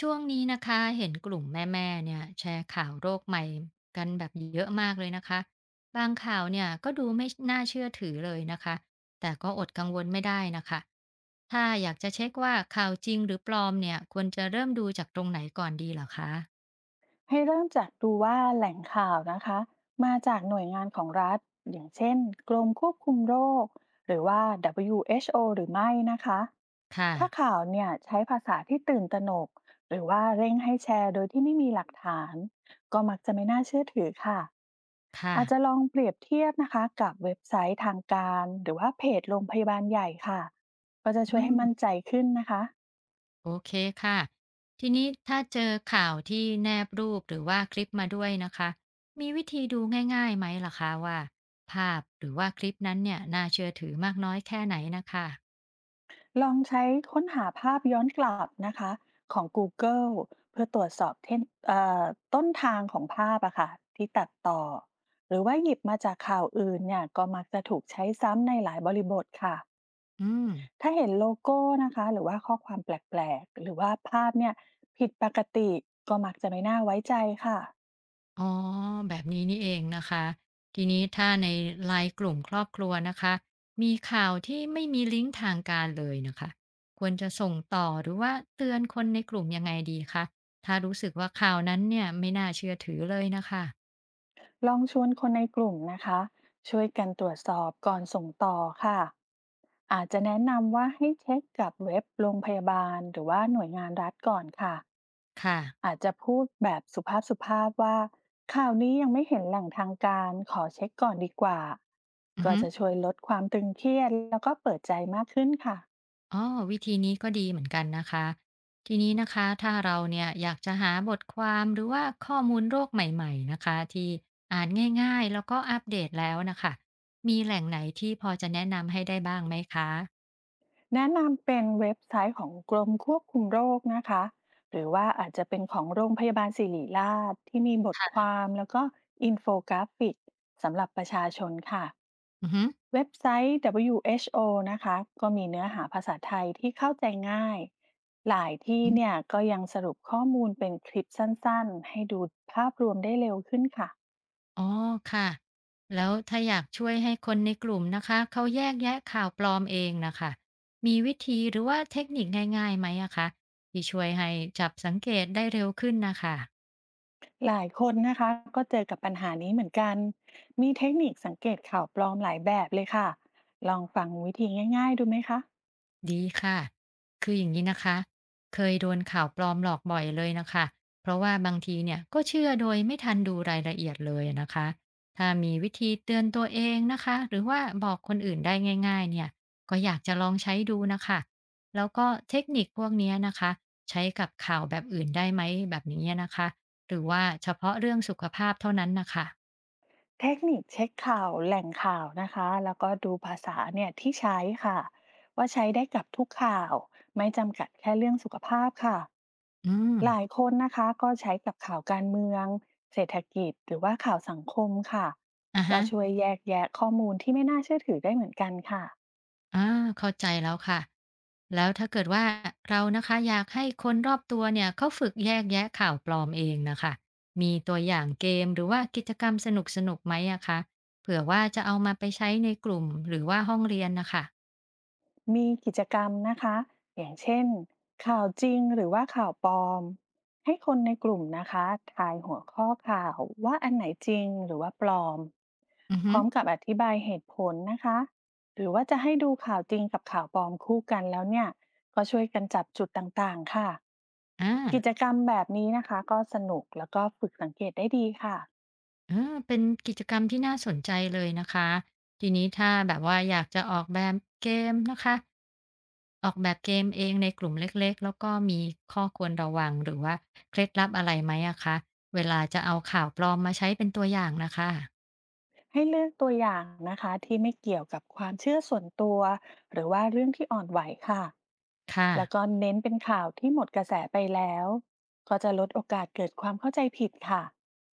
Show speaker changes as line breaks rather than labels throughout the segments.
ช่วงนี้นะคะเห็นกลุ่มแม่ๆเนี่ยแชร์ข่าวโรคใหม่กันแบบเยอะมากเลยนะคะบางข่าวเนี่ยก็ดูไม่น่าเชื่อถือเลยนะคะแต่ก็อดกังวลไม่ได้นะคะถ้าอยากจะเช็คว่าข่าวจริงหรือปลอมเนี่ยควรจะเริ่มดูจากตรงไหนก่อนดีเหรอคะ
ให้เริ่มจากดูว่าแหล่งข่าวนะคะมาจากหน่วยงานของรัฐอย่างเช่นกรมควบคุมโรคหรือว่า WHO หรือไม่นะคะ
ค่ะ
ถ้าข่าวเนี่ยใช้ภาษาที่ตื่นตระหนกหรือว่าเร่งให้แชร์โดยที่ไม่มีหลักฐานก็มักจะไม่น่าเชื่อถือค่ะ
ค่ะ
อาจจะลองเปรียบเทียบนะคะกับเว็บไซต์ทางการหรือว่าเพจโรงพยาบาลใหญ่ค่ะก็จะช่
อื
วยให้มั่น
ม
ใจขึ้นนะคะ
โอเคค่ะทีนี้ถ้าเจอข่าวที่แนบรูปหรือว่าคลิปมาด้วยนะคะมีวิธีดูง่ายๆไหมล่ะคะว่าภาพหรือว่าคลิปนั้นเนี่ยน่าเชื่อถือมากน้อยแค่ไหนนะคะ
ลองใช้ค้นหาภาพย้อนกลับนะคะของ Google เกิลเพื่อตรวจสอบเท่นเอ่อต้นทางของภาพอะค่ะที่ตัดต่อหรือว่าหยิบมาจากข่าวอื่นเนี่ยก็มักจะถูกใช้ซ้ำในหลายบริบทค่ะ
อืม
ถ้าเห็นโลโก้นะคะหรือว่าข้อความแปลกๆหรือว่าภาพเนี่ยผิดปกติก็มักจะไม่น่าไว้ใจค่ะ
อ๋อแบบนี้นี่เองนะคะทีนี้ถ้าในไลน์กลุ่มครอบครัวนะคะมีข่าวที่ไม่มีลิงก์ทางการเลยนะคะควรจะส่งต่อหรือว่าเตือนคนในกลุ่มยังไงดีคะถ้ารู้สึกว่าข่าวนั้นเนี่ยไม่น่าเชื่อถือเลยนะคะ
ลองชวนคนในกลุ่มนะคะช่วยกันตรวจสอบก่อนส่งต่อค่ะอาจจะแนะนำว่าให้เช็คกับเว็บโรงพยาบาลหรือว่าหน่วยงานรัฐก่อนค่ะ
ค่ะ
อาจจะพูดแบบสุภาพสุภาพว่าข่าวนี้ยังไม่เห็นแหล่งทางการขอเช็คก่อนดีกว่า
อือ
ก็
ฮึ
จะช่วยลดความตึงเครียดแล้วก็เปิดใจมากขึ้นค่ะ
อ๋อวิธีนี้ก็ดีเหมือนกันนะคะทีนี้นะคะถ้าเราเนี่ยอยากจะหาบทความหรือว่าข้อมูลโรคใหม่ๆนะคะที่อ่านง่ายๆแล้วก็อัปเดตแล้วนะคะมีแหล่งไหนที่พอจะแนะนำให้ได้บ้างไหมคะ
แนะนำเป็นเว็บไซต์ของกรมควบคุมโรคนะคะหรือว่าอาจจะเป็นของโรงพยาบาลศิริราชที่มีบทค
ค่ะ
วามแล้วก็อินโฟกราฟิกสำหรับประชาชนค่ะ
อือฮึ
เว็บไซต์ WHO นะคะก็มีเนื้อหาภาษาไทยที่เข้าใจง่าย หลายที่
อืม
เนี่ยก็ยังสรุปข้อมูลเป็นคลิปสั้นๆ ให้ดูภาพรวมได้เร็วขึ้นค่ะ
อ๋อค่ะแล้วถ้าอยากช่วยให้คนในกลุ่มนะคะเขาแยกแยะข่าวปลอมเองนะคะมีวิธีหรือว่าเทคนิคง่ายๆไหมอะคะที่ช่วยให้จับสังเกตได้เร็วขึ้นนะคะ
หลายคนนะคะก็เจอกับปัญหานี้เหมือนกันมีเทคนิคสังเกตข่าวปลอมหลายแบบเลยค่ะลองฟังวิธีง่ายๆดูไหมคะ
ดีค่ะ คืออย่างนี้นะคะเคยโดนข่าวปลอมหลอกบ่อยเลยนะคะเพราะว่าบางทีเนี่ยก็เชื่อโดยไม่ทันดูรายละเอียดเลยนะคะถ้ามีวิธีเตือนตัวเองนะคะ หรือว่าบอกคนอื่นได้ง่ายๆ เนี่ย ก็อยากจะลองใช้ดูนะคะ แล้วก็เทคนิคพวกเนี้ยนะคะ ใช้กับข่าวแบบอื่นได้ไหมแบบนี้นะคะ หรือว่าเฉพาะเรื่องสุขภาพเท่านั้นนะคะ
เทคนิคเช็คข่าวแหล่งข่าวนะคะแล้วก็ดูภาษาเนี่ยที่ใช้ค่ะว่าใช้ได้กับทุกข่าวไม่จำกัดแค่เรื่องสุขภาพค่ะ
อืม
หลายคนนะคะก็ใช้กับข่าวการเมืองเศรษฐกิจหรือว่าข่าวสังคมค่ะ
อ่ะ
ก็
ฮะ
ช่วยแยกแยะข้อมูลที่ไม่น่าเชื่อถือได้เหมือนกันค่ะ
อาเข้าใจแล้วค่ะแล้วถ้าเกิดว่าเรานะคะอยากให้คนรอบตัวเนี่ยเขาฝึกแยกแยะข่าวปลอมเองนะคะมีตัวอย่างเกมหรือว่ากิจกรรมสนุกสนุกไหมอะคะเผื่อว่าจะเอามาไปใช้ในกลุ่มหรือว่าห้องเรียนนะคะ
มีกิจกรรมนะคะอย่างเช่นข่าวจริงหรือว่าข่าวปลอมให้คนในกลุ่มนะคะทายหัวข้อข่าวว่าอันไหนจริงหรือว่าปลอม
อือ
พ
ฮึ
ร้อมกับอธิบายเหตุผลนะคะหรือว่าจะให้ดูข่าวจริงกับข่าวปลอมคู่กันแล้วเนี่ยก็ช่วยกันจับจุดต่างๆค่ะ
อา
กิจกรรมแบบนี้นะคะก็สนุกแล้วก็ฝึกสังเกตได้ดีค่ะ
อาเป็นกิจกรรมที่น่าสนใจเลยนะคะทีนี้ถ้าแบบว่าอยากจะออกแบบเกมนะคะออกแบบเกมเองในกลุ่มเล็กๆแล้วก็มีข้อควรระวังหรือว่าเคล็ดลับอะไรไหมอะคะเวลาจะเอาข่าวปลอมมาใช้เป็นตัวอย่างนะคะ
ให้เลือกตัวอย่างนะคะที่ไม่เกี่ยวกับความเชื่อส่วนตัวหรือว่าเรื่องที่อ่อนไหวค่ะ
ค่ะ
แล้วก็เน้นเป็นข่าวที่หมดกระแสไปแล้วก็จะลดโอกาสเกิดความเข้าใจผิดค่ะ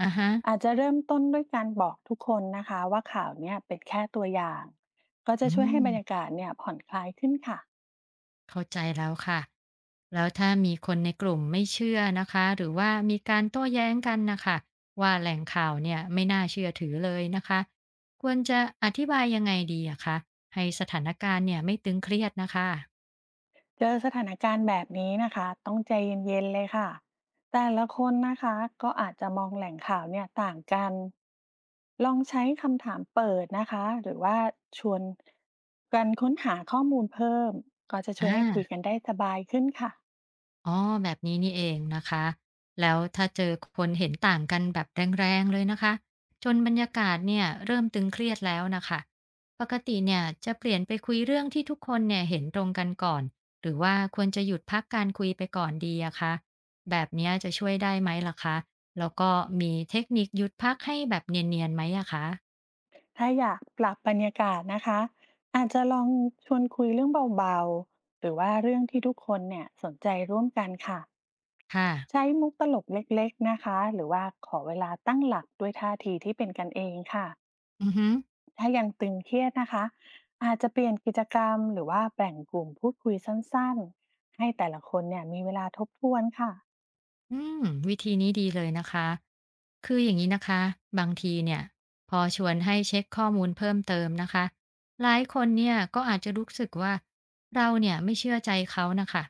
อะฮะ
อาจจะเริ่มต้นด้วยการบอกทุกคนนะคะว่าข่าวเนี่ยเป็นแค่ตัวอย่างก็จะ
อื
ช่วย
ม
ให้บรรยากาศเนี่ยผ่อนคลายขึ้นค่ะ
เข้าใจแล้วค่ะแล้วถ้ามีคนในกลุ่มไม่เชื่อนะคะหรือว่ามีการโต้แย้งกันนะคะว่าแหล่งข่าวเนี่ยไม่น่าเชื่อถือเลยนะคะควรจะอธิบายยังไงดีอะคะให้สถานการณ์เนี่ยไม่ตึงเครียดนะคะ
เจอสถานการณ์แบบนี้นะคะต้องใจเย็นๆเลยค่ะแต่ละคนนะคะก็อาจจะมองแหล่งข่าวเนี่ยต่างกันลองใช้คำถามเปิดนะคะหรือว่าชวนกันค้นหาข้อมูลเพิ่มก็จะ
อ่
ช่วยให้คุยกั
า
นได้สบายขึ้นค่ะ
อ๋อแบบนี้นี่เองนะคะแล้วถ้าเจอคนเห็นต่างกันแบบแรงๆเลยนะคะจนบรรยากาศเนี่ยเริ่มตึงเครียดแล้วนะคะปกติเนี่ยจะเปลี่ยนไปคุยเรื่องที่ทุกคนเนี่ยเห็นตรงกันก่อนหรือว่าควรจะหยุดพักการคุยไปก่อนดีอะคะแบบเนี้ยจะช่วยได้ไหมล่ะคะแล้วก็มีเทคนิคหยุดพักให้แบบเนียนๆไหมอะคะ
ถ้าอยากปรับบรรยากาศนะคะอาจจะลองชวนคุยเรื่องเบาๆหรือว่าเรื่องที่ทุกคนเนี่ยสนใจร่วมกันค่ะ
ค่ะ
ใช้มุกตลกเล็กๆนะคะหรือว่าขอเวลาตั้งหลักด้วยท่าทีที่เป็นกันเองค่ะ
อือฮึ
ถ้ายังตึงเครียดนะคะอาจจะเปลี่ยนกิจกรรมหรือว่าแบ่งกลุ่มพูดคุยสั้นๆให้แต่ละคนเนี่ยมีเวลาทบทวนค่ะ
อืมวิธีนี้ดีเลยนะคะ คืออย่างนี้นะคะบางทีเนี่ยพอชวนให้เช็คข้อมูลเพิ่มเติมนะคะหลายคนเนี่ยก็อาจจะรู้สึกว่าเราเนี่ยไม่เชื่อใจเขานะคะ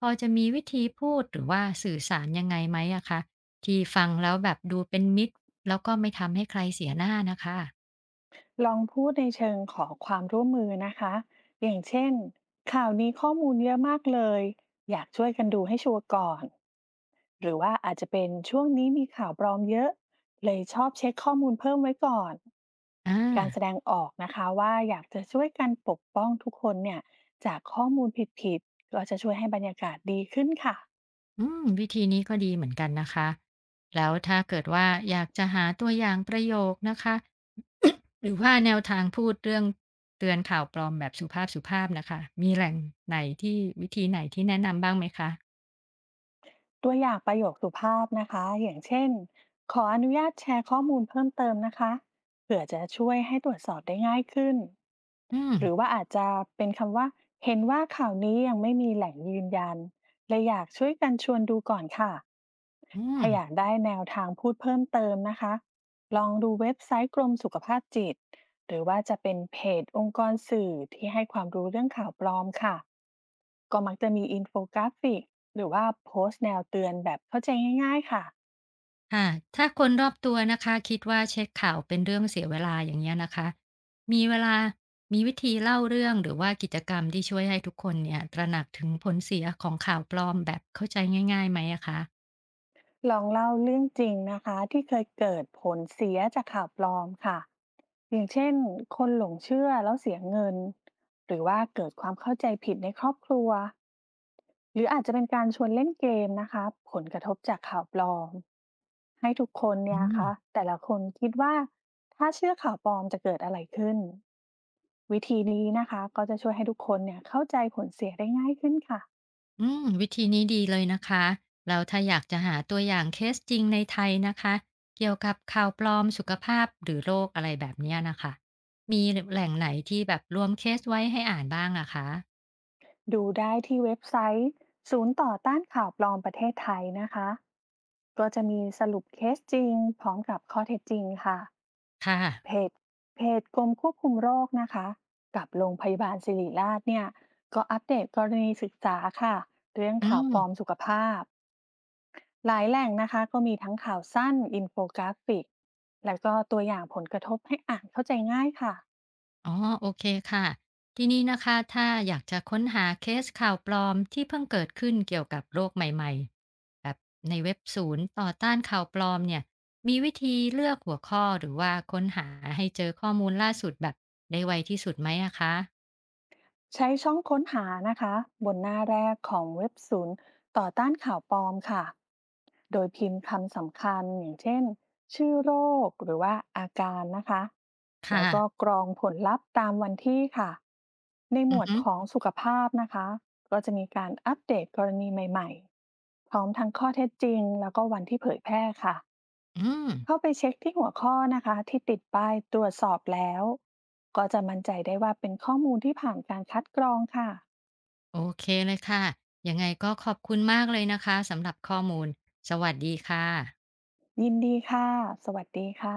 พอจะมีวิธีพูดหรือว่าสื่อสารยังไงไหมอะคะที่ฟังแล้วแบบดูเป็นมิตรแล้วก็ไม่ทำให้ใครเสียหน้านะคะ
ลองพูดในเชิงขอความร่วมมือนะคะอย่างเช่นข่าวนี้ข้อมูลเยอะมากเลยอยากช่วยกันดูให้ชัวร์ก่อน หรือว่าอาจจะเป็นช่วงนี้มีข่าวปลอมเยอะเลยชอบเช็คข้อมูลเพิ่มไว้ก่อน
อ่า
การแสดงออกนะคะว่าอยากจะช่วยกันปกป้องทุกคนเนี่ยจากข้อมูลผิดๆก็จะช่วยให้บรรยากาศดีขึ้นค่ะ
อืมวิธีนี้ก็ดีเหมือนกันนะคะแล้วถ้าเกิดว่าอยากจะหาตัวอย่างประโยคนะคะ หรือว่าแนวทางพูดเรื่องเตือนข่าวปลอมแบบสุภาพๆนะคะมีแหล่งไหนที่วิธีไหนที่แนะนำบ้างไหมคะ
ตัวอย่างประโยคสุภาพนะคะอย่างเช่นขออนุญาตแชร์ข้อมูลเพิ่มเติมนะคะเผื่อจะช่วยให้ตรวจสอบได้ง่ายขึ้น
อืม
หรือว่าอาจจะเป็นคำว่าเห็นว่าข่าวนี้ยังไม่มีแหล่งยืนยันเลยอยากช่วยกันชวนดูก่อนค่ะ
อืม
ถ้าอยากได้แนวทางพูดเพิ่มเติมนะคะลองดูเว็บไซต์กรมสุขภาพจิตหรือว่าจะเป็นเพจองค์กรสื่อที่ให้ความรู้เรื่องข่าวปลอมค่ะก็มักจะมีอินโฟกราฟิก หรือว่าโพสต์แนวเตือนแบบเข้าใจง่ายๆค่ะ
ค่ะถ้าคนรอบตัวนะคะคิดว่าเช็คข่าวเป็นเรื่องเสียเวลาอย่างเงี้ยนะคะมีเวลามีวิธีเล่าเรื่องหรือว่ากิจกรรมที่ช่วยให้ทุกคนเนี่ยตระหนักถึงผลเสียของข่าวปลอมแบบเข้าใจง่ายๆไหมอะคะ
ลองเล่าเรื่องจริงนะคะที่เคยเกิดผลเสียจากข่าวปลอมค่ะอย่างเช่นคนหลงเชื่อแล้วเสียเงินหรือว่าเกิดความเข้าใจผิดในครอบครัวหรืออาจจะเป็นการชวนเล่นเกมนะคะผลกระทบจากข่าวปลอมให้ทุกคน
อื
เนี่ย
ม
คะแต่ละคนคิดว่าถ้าเชื่อข่าวปลอมจะเกิดอะไรขึ้นวิธีนี้นะคะก็จะช่วยให้ทุกคนเนี่ยเข้าใจผลเสียได้ง่ายขึ้นค่ะ
อืมวิธีนี้ดีเลยนะคะแล้วถ้าอยากจะหาตัวอย่างเคสจริงในไทยนะคะ เกี่ยวกับข่าวปลอมสุขภาพหรือโรคอะไรแบบเนี้ยนะคะ มีแหล่งไหนที่แบบรวมเคสไว้ให้อ่านบ้างอะคะ
ดูได้ที่เว็บไซต์ศูนย์ต่อต้านข่าวปลอมประเทศไทยนะคะก็จะมีสรุปเคสจริงพร้อมกับข้อเท็จจริงค่ะ
ค่ะ
เพจเพจกรมควบคุมโรคนะคะกับโรงพยาบาลศิริราชเนี่ยก็อัปเดตกรณีศึกษาค่ะเรื่อง
อื
ข่าวปลอม
ม
สุขภาพหลายแหล่งนะคะก็มีทั้งข่าวสั้นอินโฟกราฟิกแล้วก็ตัวอย่างผลกระทบให้อ่านเข้าใจง่ายค่ะ
อ๋อโอเคค่ะทีนี้นะคะถ้าอยากจะค้นหาเคสข่าวปลอมที่เพิ่งเกิดขึ้นเกี่ยวกับโรคใหม่ๆแบบในเว็บศูนย์ต่อต้านข่าวปลอมเนี่ยมีวิธีเลือกหัวข้อหรือว่าค้นหาให้เจอข้อมูลล่าสุดแบบได้ไวที่สุดไหมอะคะ
ใช้ช่องค้นหานะคะบนหน้าแรกของเว็บศูนย์ต่อต้านข่าวปลอมค่ะ โดยพิมพ์คำสำคัญอย่างเช่นชื่อโรคหรือว่าอาการนะคะ แล้
ค่ะ
วก็กรองผลลัพธ์ตามวันที่ค่ะ ในหม
อือ
วด
ฮึ
ของสุขภาพนะคะก็จะมีการอัปเดตกรณีใหม่ๆ พร้อมทั้งข้อเท็จจริงแล้วก็วันที่เผยแพร่ค่ะ
อืม
เข้าไปเช็คที่หัวข้อนะคะที่ติดป้ายตรวจสอบแล้วก็จะมั่นใจได้ว่าเป็นข้อมูลที่ผ่านการคัดกรองค่ะ
โอเคเลยค่ะยังไงก็ขอบคุณมากเลยนะคะสำหรับข้อมูลสวัสดีค่ะ
ยินดีค่ะสวัสดีค่ะ